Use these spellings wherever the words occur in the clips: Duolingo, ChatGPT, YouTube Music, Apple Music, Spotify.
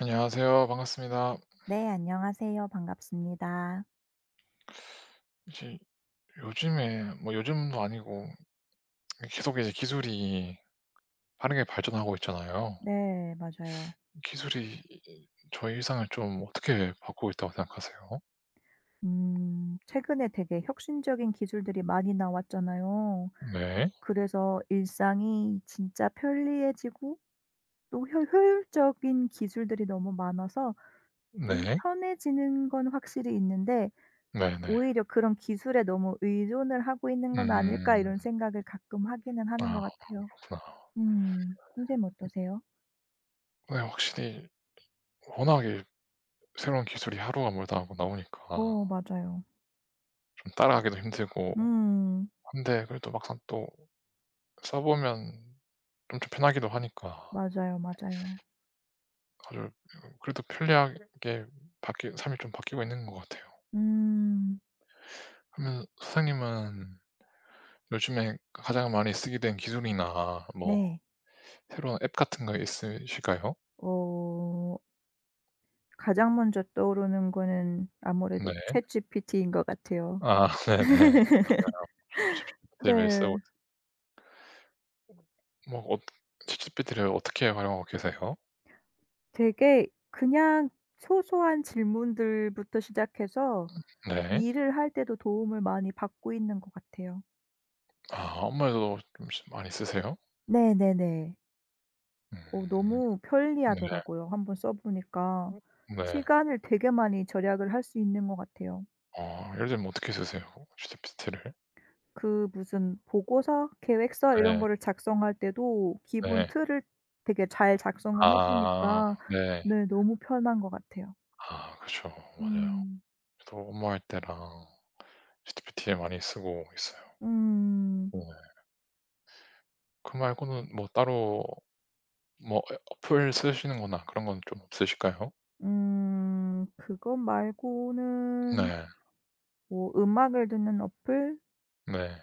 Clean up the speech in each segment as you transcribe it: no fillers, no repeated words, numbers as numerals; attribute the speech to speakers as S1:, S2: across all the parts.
S1: 안녕하세요. 반갑습니다.
S2: 네, 안녕하세요. 반갑습니다.
S1: 이제 요즘에 뭐 요즘도 아니고 계속 이제 기술이 빠르게 발전하고 있잖아요.
S2: 네, 맞아요.
S1: 기술이 저희 일상을 좀 어떻게 바꾸고 있다고 생각하세요?
S2: 최근에 되게 혁신적인 기술들이 많이 나왔잖아요.
S1: 네.
S2: 그래서 일상이 진짜 편리해지고 또 효율적인 기술들이 너무 많아서 좀
S1: 네.
S2: 편해지는 건 확실히 있는데
S1: 네네.
S2: 오히려 그런 기술에 너무 의존을 하고 있는 건 아닐까 이런
S1: 음.
S2: 생각을 가끔 하기는 하는 것
S1: 아
S2: 같아요.
S1: 그렇구나.
S2: 선생님 어떠세요?
S1: 네 확실히 워낙에 새로운 기술이 하루가 멀다 하고 나오니까
S2: 어, 맞아요.
S1: 좀 따라가기도 힘들고
S2: 음,
S1: 한데 그래도 막상 또 써 보면 좀 더 편하기도 하니까
S2: 맞아요, 맞아요.
S1: 그래 그래도 편리하게 바뀌 삶이 좀 바뀌고 있는 것 같아요.
S2: 음.
S1: 그러면 선생님은 요즘에 가장 많이 쓰게 된 기술이나 뭐
S2: 네.
S1: 새로운 앱 같은 거 있으실까요?
S2: 어 가장 먼저 떠오르는 거는 아무래도
S1: 네.
S2: 챗 g p t 인 것 같아요.
S1: 아 네네. 챗GPT 매일 쓰고
S2: 네.
S1: 있 뭐 어 챗GPT를 어떻게 활용하고 계세요?
S2: 되게 그냥 소소한 질문들부터 시작해서
S1: 네.
S2: 일을 할 때도 도움을 많이 받고 있는 것 같아요.
S1: 아 업무에서도 좀 시 많이 쓰세요?
S2: 네네네. 너무
S1: 음 네.
S2: 편리하더라고요, 한번 써 보니까.
S1: 네.
S2: 시간을 되게 많이 절약을 할 수 있는 것 같아요.
S1: 예를 들면 어떻게 쓰세요 챗GPT를?
S2: 그 무슨 보고서, 계획서 이런
S1: 네.
S2: 거를 작성할 때도 기본
S1: 네.
S2: 틀을 되게 잘 작성을 해
S1: 아
S2: 주니까,
S1: 네.
S2: 네, 너무 편한 것 같아요.
S1: 아 그쵸. 맞아요.
S2: 음.
S1: 저도 업무할 때랑 ChatGPT 많이 쓰고 있어요.
S2: 음.
S1: 네. 그 말고는 뭐 따로 뭐 어플 쓰시는 거나 그런 건 좀 없으실까요?
S2: 음. 그것 말고는
S1: 네.
S2: 뭐 음악을 듣는 어플
S1: 네.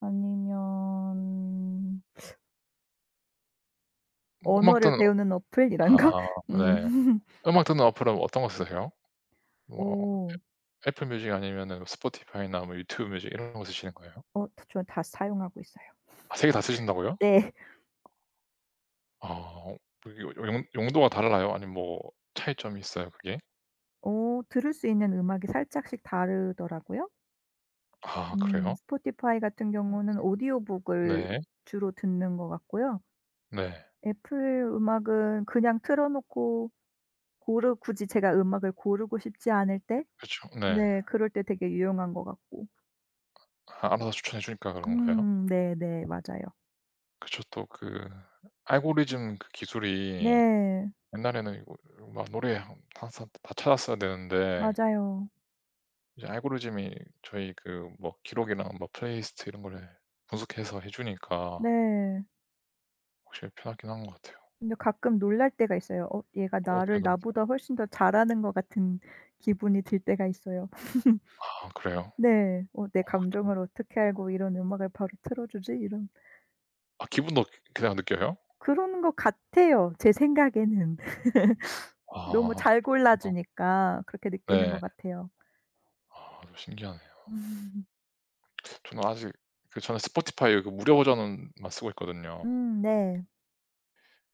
S2: 아니면
S1: 음악
S2: 언어를
S1: 듣는 어-
S2: 배우는 어플 이런 거?
S1: 아 네.
S2: 음.
S1: 음악 듣는 어플은 어떤 거 쓰세요? 뭐
S2: 어.
S1: 애플 뮤직 아니면은 뭐 스포티파이나 뭐 유튜브 뮤직 이런 거 쓰시는 거예요?
S2: 저 다 사용하고 있어요.
S1: 아 세 개 다 쓰신다고요?
S2: 네.
S1: 아 뭐 이거 용 용도가 달라요? 아니면 뭐 차이점이 있어요 그게?
S2: 들을 수 있는 음악이 살짝씩 다르더라고요.
S1: 아 그래요?
S2: 스포티파이 같은 경우는 오디오북을
S1: 네.
S2: 주로 듣는 것 같고요.
S1: 네.
S2: 애플 음악은 그냥 틀어 놓고 고르 굳이 제가 음악을 고르고 싶지 않을 때,
S1: 그쵸. 네.
S2: 네, 그럴 때 되게 유용한 것 같고.
S1: 아 알아서 추천해 주니까 그런 거예요?
S2: 네네. 맞아요.
S1: 그쵸. 또 그 알고리즘 그 기술이
S2: 네.
S1: 옛날에는 이거 막 노래 항 항상 다 찾았어야 되는데
S2: 맞아요.
S1: 이제 알고리즘이 저희 그 뭐 기록이랑 뭐 플레이리스트 이런 거를 분석해서 해 주니까
S2: 네.
S1: 확실히 편하긴 한 것 같아요.
S2: 근데 가끔 놀랄 때가 있어요. '어 얘가
S1: 어떻게
S2: 나를
S1: 좀
S2: 나보다 훨씬 더 잘하는 것 같은 기분이 들 때가 있어요.'
S1: 아 그래요?
S2: 네. '어 내
S1: 뭔가 또
S2: 감정을 어떻게 알고 이런 음악을 바로 틀어 주지?' 이런.
S1: 아 기분도 그냥 느껴요?
S2: 그런 것 같아요, 제 생각에는. 너무
S1: 아
S2: 잘 골라
S1: 그렇구나.
S2: 주니까 그렇게 느끼는 것
S1: 네.
S2: 같아요.
S1: 아 좀 신기하네요.
S2: 음 네.
S1: 저는 아직 저는 스포티파이 그 무료 버전만 쓰고 있거든요.
S2: 네.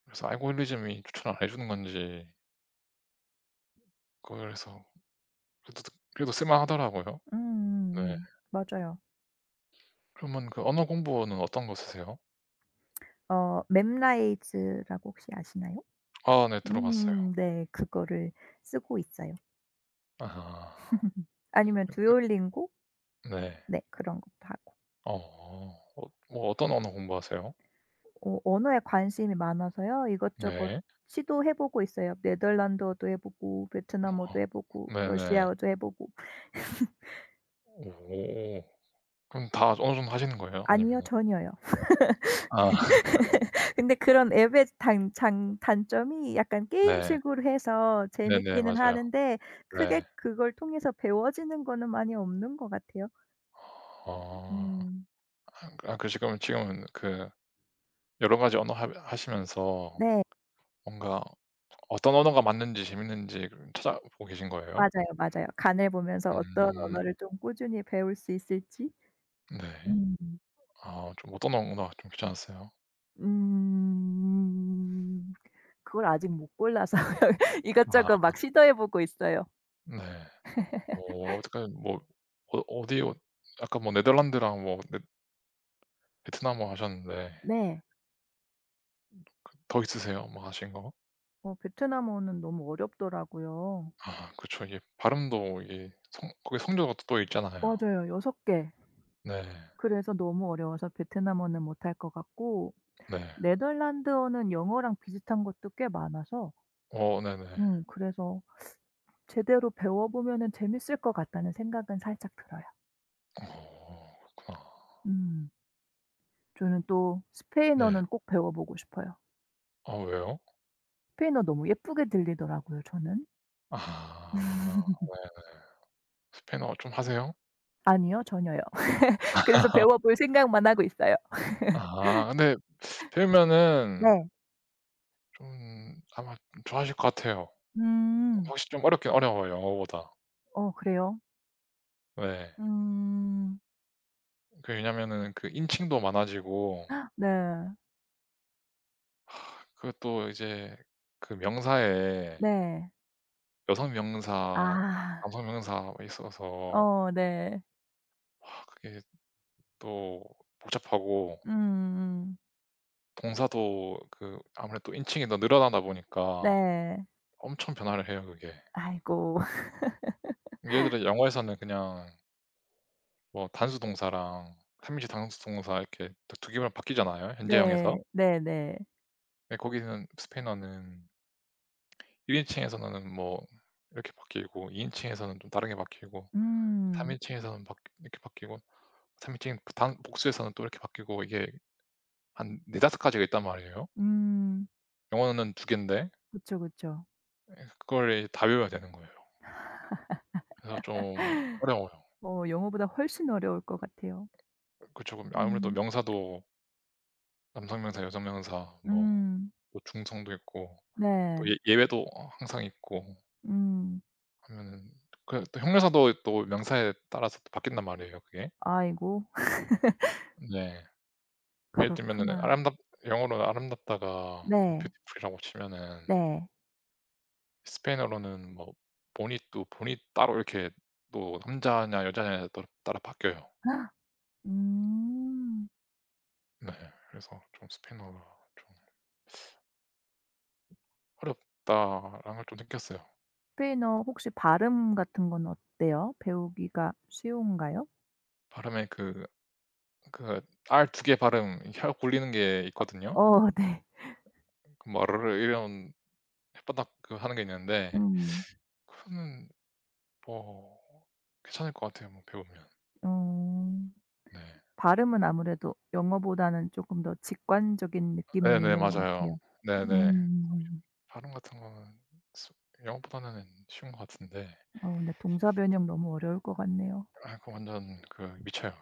S1: 그래서 알고리즘이 추천을 안 해 주는 건지 그래서 그래도 그래도 쓸만하더라고요. 네.
S2: 맞아요.
S1: 그러면 그 언어 공부는 어떤 거 쓰세요?
S2: 맵라이즈라고 혹시 아시나요?
S1: 아 네 들어봤어요.
S2: 네. 그거를 쓰고 있어요.
S1: 아하.
S2: 아니면
S1: 네.
S2: 듀오링고?
S1: 네.
S2: 네. 그런 것도 하고.
S1: 어. 뭐 어떤 언어 공부하세요?
S2: 언어에 관심이 많아서요. 이것저것
S1: 네.
S2: 시도해 보고 있어요. 네덜란드어도 해 보고
S1: 어
S2: 베트남어도 해 보고
S1: 네네.
S2: 러시아어도 해 보고.
S1: 오. 그럼 다 어느 정도 하시는 거예요?
S2: 아니요.
S1: 아니면은
S2: 전혀요.
S1: 아
S2: 근데 그런 앱의 단장 단점이 약간
S1: 네.
S2: 게임식으로 해서
S1: 네네.
S2: 재밌기는
S1: 맞아요.
S2: 하는데 크게
S1: 네.
S2: 그걸 통해서 배워지는 거는 많이 없는 것 같아요.
S1: 어.
S2: 음.
S1: 아 그 지금은 그 여러 가지 언어 하 하시면서
S2: 네.
S1: 뭔가 어떤 언어가 맞는지 재밌는지 찾아보고 계신 거예요?
S2: 맞아요, 맞아요. 간을 보면서 어떤
S1: 음.
S2: 언어를 좀 꾸준히 배울 수 있을지.
S1: 네.
S2: 음.
S1: 아 좀 어떤 언어가 좀 귀찮았어요?
S2: 음. 그걸 아직 못 골라서 이것저것
S1: 아
S2: 막 시도해 보고 있어요.
S1: 네. 뭐 어떻게 뭐 어디 아까 뭐 네덜란드랑 뭐 네 베트남어 하셨는데
S2: 네.
S1: 더 있으세요? 뭐 하신 거?
S2: 베트남어는 너무 어렵더라고요.
S1: 아 그쵸. 이게 발음도 이게 성 거기 성조가 또 있잖아요.
S2: 맞아요. 6개 개.
S1: 네.
S2: 그래서 너무 어려워서 베트남어는 못할 것 같고,
S1: 네.
S2: 네덜란드어는 영어랑 비슷한 것도 꽤 많아서
S1: 어 네네.
S2: 그래서 제대로 배워보면은 재밌을 것 같다는 생각은 살짝 들어요.
S1: 어 그렇구나.
S2: 음. 저는 또
S1: 네.
S2: 스페인어는 꼭 배워보고 싶어요.
S1: 아 왜요?
S2: 스페인어 너무 예쁘게 들리더라고요 저는.
S1: 아 스페인어 좀 하세요?
S2: 아니요. 전혀요. 그래서 배워볼 생각만 하고 있어요.
S1: 아 근데 배우면은
S2: 네.
S1: 좀 아마 좋아하실 것 같아요.
S2: 음.
S1: 확실히 좀 어렵긴 어려워요, 영어보다.
S2: 어 그래요?
S1: 네.
S2: 음.
S1: 그 왜냐면은 그 인칭도 많아지고
S2: 네.
S1: 그것도 이제 그 명사에
S2: 네.
S1: 여성 명사,
S2: 아.
S1: 남성 명사 있어서
S2: 어 네.
S1: 아 그게 또 복잡하고
S2: 음음.
S1: 동사도 그 아무래도 인칭이 더 늘어나다 보니까
S2: 네.
S1: 엄청 변화를 해요 그게.
S2: 아이고.
S1: 예를 들어 영어에서는 그냥 뭐 단수 동사랑 3인칭 단수 동사 이렇게 2개만 바뀌잖아요 현재형에서.
S2: 네. 네네.
S1: 근데 거기는 스페인어는 1인칭에서는 뭐 이렇게 바뀌고 2인칭에서는 좀 다르게 바뀌고
S2: 음.
S1: 3인칭에서는 이렇게 바뀌고 3인칭 그 단 복수에서는 또 이렇게 바뀌고 이게 한 네 다섯 가지가 있단 말이에요.
S2: 음.
S1: 영어는 2개인데
S2: 그쵸, 그쵸.
S1: 예 그걸다 외워야 되는 거예요. 그래서 좀 어려워요.
S2: 영어보다 훨씬 어려울 것 같아요.
S1: 그 조금 아무래도
S2: 음.
S1: 명사도 남성 명사, 여성 명사 뭐
S2: 음.
S1: 또 중성도 있고
S2: 네.
S1: 또 예외도 항상 있고
S2: 음.
S1: 하면은 그 또 형용사도 또 명사에 따라서 또 바뀐단 말이에요 그게.
S2: 아이고.
S1: 네. 예를 들면은
S2: 그렇구나.
S1: 아름답 영어로는 아름답다가 뭐
S2: 네.
S1: 뷰티풀이라고 치면은
S2: 네.
S1: 스페인어로는 뭐 보니또 보니 따로 이렇게 또 남자냐 여자냐에 따라 바뀌어요.
S2: 음.
S1: 네. 그래서 좀 스페인어가 좀 어렵다라는 걸 좀 느꼈어요.
S2: 스페인어 혹시 발음 같은 건 어때요? 배우기가 쉬운가요?
S1: 발음에 그 R 2개 발음 이게 혀 굴리는 게 있거든요.
S2: 어. 네.
S1: 그 뭐 "르르" 이런 혓바닥 그 하는 게 있는데
S2: 음.
S1: 그거는 뭐 괜찮을 것 같아요 뭐 배우면.
S2: 어.
S1: 네.
S2: 발음은 아무래도 영어보다는 쪼끔 더 직관적인 느낌은
S1: 네네.
S2: 있는 것
S1: 맞아요.
S2: 같아요.
S1: 네네.
S2: 음음음.
S1: 발음 같은 거는 수 영어보다는 쉬운 것 같은데
S2: 근데 동사 변형 너무 어려울 것 같네요.
S1: 아 그거 완전 그 미쳐요.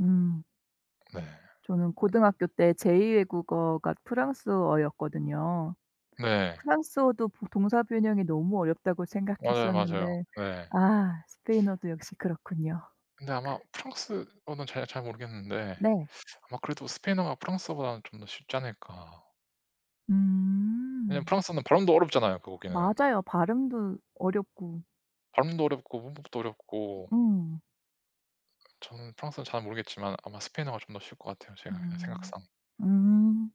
S2: 음.
S1: 네.
S2: 저는 고등학교 때 제2 외국어가 프랑스어였거든요.
S1: 네.
S2: 프랑스어도 보 동사 변형이 너무 어렵다고
S1: 맞아요,
S2: 생각했었는데,
S1: 맞아요. 네.
S2: 아, 스페인어도 역시 그렇군요.
S1: 근데 아마 프랑스어는 잘 모르겠는데
S2: 네.
S1: 아마 그래도 스페인어가 프랑스어보다는 좀 더 쉽지 않을까. 왜냐면
S2: 음.
S1: 프랑스어는 발음도 어렵잖아요, 그 거기는.
S2: 맞아요. 발음도 어렵고.
S1: 발음도 어렵고 문법도 어렵고
S2: 음.
S1: 저는 프랑스어는 잘 모르겠지만 아마 스페인어가 좀 더 쉬울 것 같아요, 제가 그냥
S2: 음.
S1: 생각상.
S2: 음.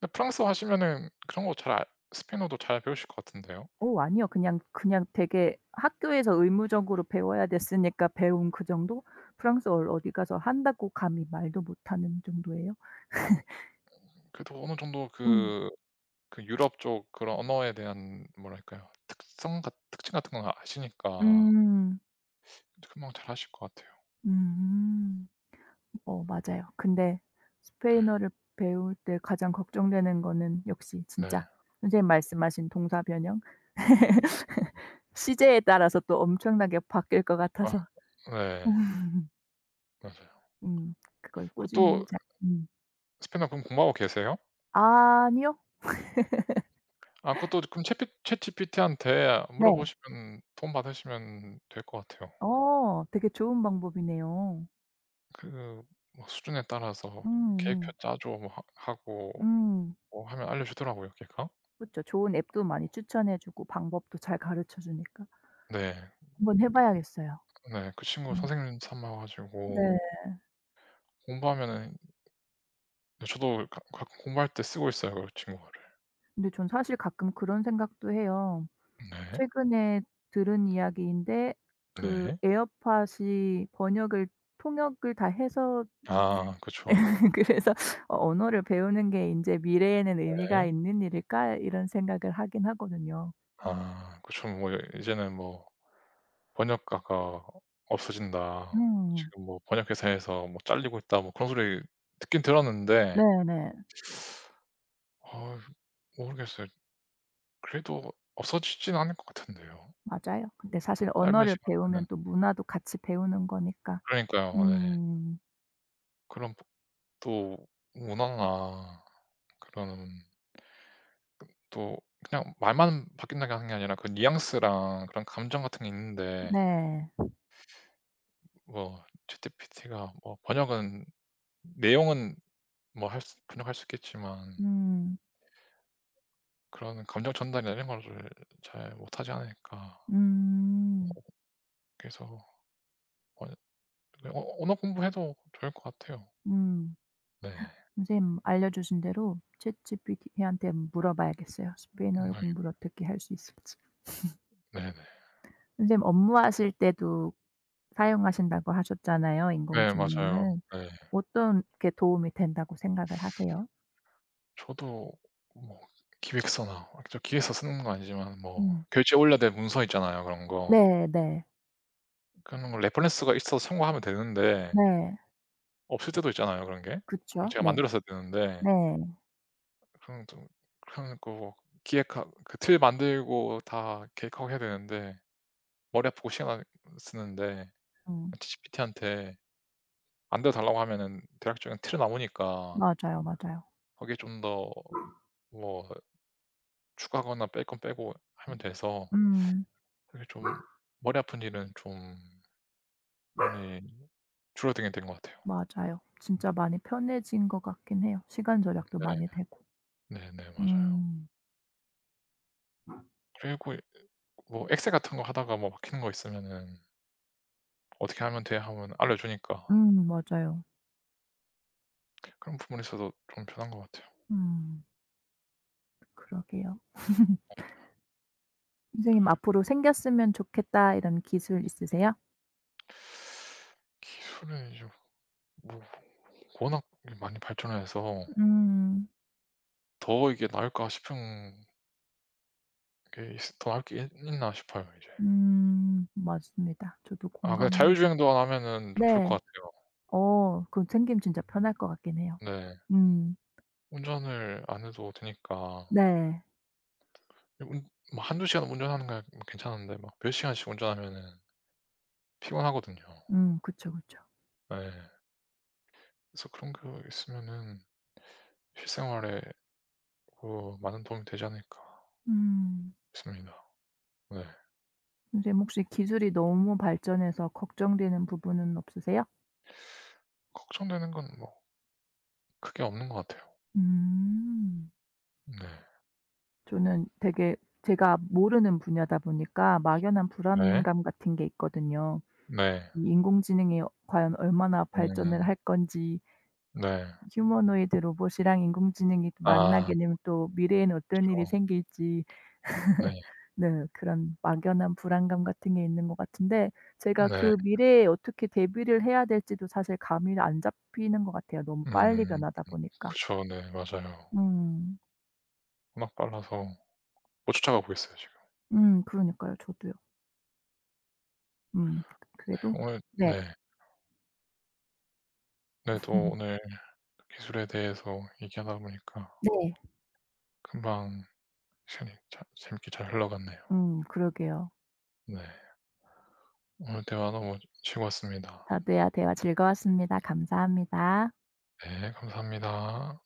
S1: 근데 프랑스어 하시면은 그런 거 잘 스페인어도 잘 배우실 것 같은데요?
S2: 아니요. 그냥 되게 학교에서 의무적으로 배워야 됐으니까 배운 그 정도? 프랑스어를 어디 가서 한다고 감히 말도 못하는 정도예요.
S1: 그래도 어느 정도
S2: 음.
S1: 그 유럽 쪽 그런 언어에 대한 뭐랄까요? 특성 같 특징 같은 건 아시니까
S2: 음.
S1: 금방 잘하실 것 같아요.
S2: 음. 맞아요. 근데
S1: 네.
S2: 스페인어를 배울 때 가장 걱정되는 거는 역시
S1: 네.
S2: 진짜 선생님 말씀하신 동사 변형? 시제에 따라서 또 엄청나게 바뀔 것
S1: 아
S2: 같아서.
S1: 네. 맞아요.
S2: 음. 그걸
S1: 그
S2: 꾸준히
S1: 또
S2: 잘.
S1: 스페인어 그럼 공부하고 계세요?
S2: 아니요.
S1: 아 그것도 그럼 챗 챗GPT한테
S2: 네.
S1: 물어보시면 도움 받으시면 될 것 같아요.
S2: 되게 좋은 방법이네요.
S1: 그 뭐 수준에 따라서
S2: 음음.
S1: 계획표 짜줘 뭐 하 하고
S2: 음.
S1: 뭐 하면 알려주더라고요 걔가.
S2: 그죠, 좋은 앱도 많이 추천해 주고 방법도 잘 가르쳐 주니까
S1: 네.
S2: 한번 해 봐야겠어요.
S1: 네. 그 친구
S2: 음.
S1: 선생님 삼아 가지고
S2: 네.
S1: 공부하면은 근데 저도 가 가끔 공부할 때 쓰고 있어요 그 친구를.
S2: 근데 전 사실 가끔 그런 생각도 해요.
S1: 네.
S2: 최근에 들은 이야기인데, 그
S1: 네.
S2: 에어팟이 번역을 통역을 다 해서
S1: 아 그쵸.
S2: 그래서 '어 언어를 배우는 게 인제 미래에는 의미가
S1: 네.
S2: 있는 일일까?' 이런 생각을 하긴 하거든요.
S1: 아 그쵸. 뭐 이제는 뭐 "번역가가 없어진다.
S2: 음.
S1: 지금 뭐 번역회사에서 뭐 잘리고 있다." 뭐 그런 소리 듣긴 들었는데
S2: 네네.
S1: 어, 모르겠어요. 그래도 없어지진 않을 것 같은데요.
S2: 맞아요. 근데 사실
S1: 짧은
S2: 언어를
S1: 시간에는
S2: 배우면 또 문화도 같이 배우는 거니까.
S1: 그러니까요. 네.
S2: 음.
S1: 그런 또 문화나 그런 또 그냥 말만 바뀐다는 게 아니라 그 뉘앙스랑 그런 감정 같은 게 있는데
S2: 네.
S1: 뭐 GPT가 뭐 번역은 내용은 뭐 할 수 번역할 수 있겠지만
S2: 음.
S1: 그런 감정 전달이나 이런 거를 잘 못하지 않을까.
S2: 음.
S1: 그래서 언 그 어 언어 공부해도 좋을 것 같아요.
S2: 음.
S1: 네.
S2: 선생님 알려주신 대로 챗GPT한테 물어봐야겠어요. 스페인어
S1: 정말
S2: 공부를 어떻게 할 수 있을지.
S1: 네네.
S2: 선생님 업무하실 때도 사용하신다고 하셨잖아요,
S1: 네 네, 맞아요.
S2: 인공지능을.
S1: 네.
S2: 어떤 게 도움이 된다고 생각을 하세요?
S1: 저도 뭐 기획서나 저 기획서 쓰는 건 아니지만 뭐
S2: 음.
S1: 결제 올려야 될 문서 있잖아요 그런 거.
S2: 네 네.
S1: 그런 거 레퍼런스가 있어서 참고하면 되는데
S2: 네.
S1: 없을 때도 있잖아요 그런 게. 그걸
S2: 그쵸.
S1: 제가
S2: 네.
S1: 만들었어야 되는데
S2: 네.
S1: 그런 좀 그런 거 기획하 그 틀 만들고 다 계획하고 해야 되는데 머리 아프고 시간 쓰는데
S2: 음.
S1: 챗GPT한테 만들어 달라고 하면은 대략적인 틀은 나오니까
S2: 맞아요, 맞아요.
S1: 거기에 좀 더 뭐 추가하거나 뺄 건 빼고 하면 돼서
S2: 음.
S1: 그게 좀 머리 아픈 일은 좀 많이 줄어들게 된 것 같아요.
S2: 맞아요. 진짜 많이 편해진 것 같긴 해요. 시간 절약도 많이
S1: 네.
S2: 되고.
S1: 네네. 맞아요.
S2: 음.
S1: 그리고 뭐 엑셀 같은 거 하다가 뭐 막히는 거 있으면은 "어떻게 하면 돼?" 하면 알려주니까
S2: 맞아요.
S1: 그런 부분에 있어좀 편한 것 같아요.
S2: 음. 그러게요. 선생님 앞으로 생겼으면 좋겠다 이런 기술 있으세요?
S1: 기술은 이제 뭐 워낙 많이 발전해서
S2: 음.
S1: 더 이게 나을까 싶은 게 있 더 나을 게 있 있나 싶어요 이제.
S2: 음. 맞습니다. 저도
S1: 아 그냥
S2: 공감해요.
S1: 자율주행도 안 하면은 좀 좋을 것
S2: 네.
S1: 같아요.
S2: 그거 생기면 진짜 편할 것 같긴 해요.
S1: 네.
S2: 음.
S1: 운전을 안 해도 되니까.
S2: 네.
S1: 한운뭐 한두 시간 운전하는 거 괜찮은데 막 몇 시간씩 운전하면은 피곤하거든요.
S2: 음. 그쵸, 그쵸.
S1: 네, 그래서 그런 거 있으면은 실생활에 많은 도움이 되지 않을까
S2: 음.
S1: 싶습니다. 네.
S2: 선생님 혹시 기술이 너무 발전해서 걱정되는 부분은 없으세요?
S1: 걱정되는 건 뭐 크게 없는 것 같아요.
S2: 음.
S1: 네.
S2: 저는 되게 제가 모르는 분야다 보니까 막연한
S1: 네.
S2: 불안감 같은 게 있거든요.
S1: 네.
S2: 이 인공지능이 과연 얼마나 발전을
S1: 음.
S2: 할 건지,
S1: 네.
S2: 휴머노이드 로봇이랑 인공지능이 또
S1: 아
S2: 만나게 되면 또 미래에는 어떤 일이
S1: 그쵸.
S2: 생길지,
S1: 네.
S2: 네, 그런 막연한 불안감 같은 게 있는 것 같은데, 제가
S1: 네.
S2: 그 미래에 어떻게 대비를 해야 될지도 사실 감이 안 잡히는 것 같아요, 너무 빨리
S1: 음.
S2: 변하다 보니까.
S1: 그쵸. 네. 맞아요.
S2: 음.
S1: 워낙 빨라서 못 쫓아가고 있어요 지금.
S2: 그러니까요. 저도요. 음.
S1: 네.
S2: 그래도
S1: 오늘
S2: 네.
S1: 네. 네 또 오늘 기술에 대해서 얘기하다 보니까
S2: 네.
S1: 금방 시간이 자 재밌게 잘 흘러갔네요.
S2: 그러게요.
S1: 네. 오늘 대화 너무 즐거웠습니다.
S2: 다들 대화 즐거웠습니다. 감사합니다.
S1: 네. 감사합니다.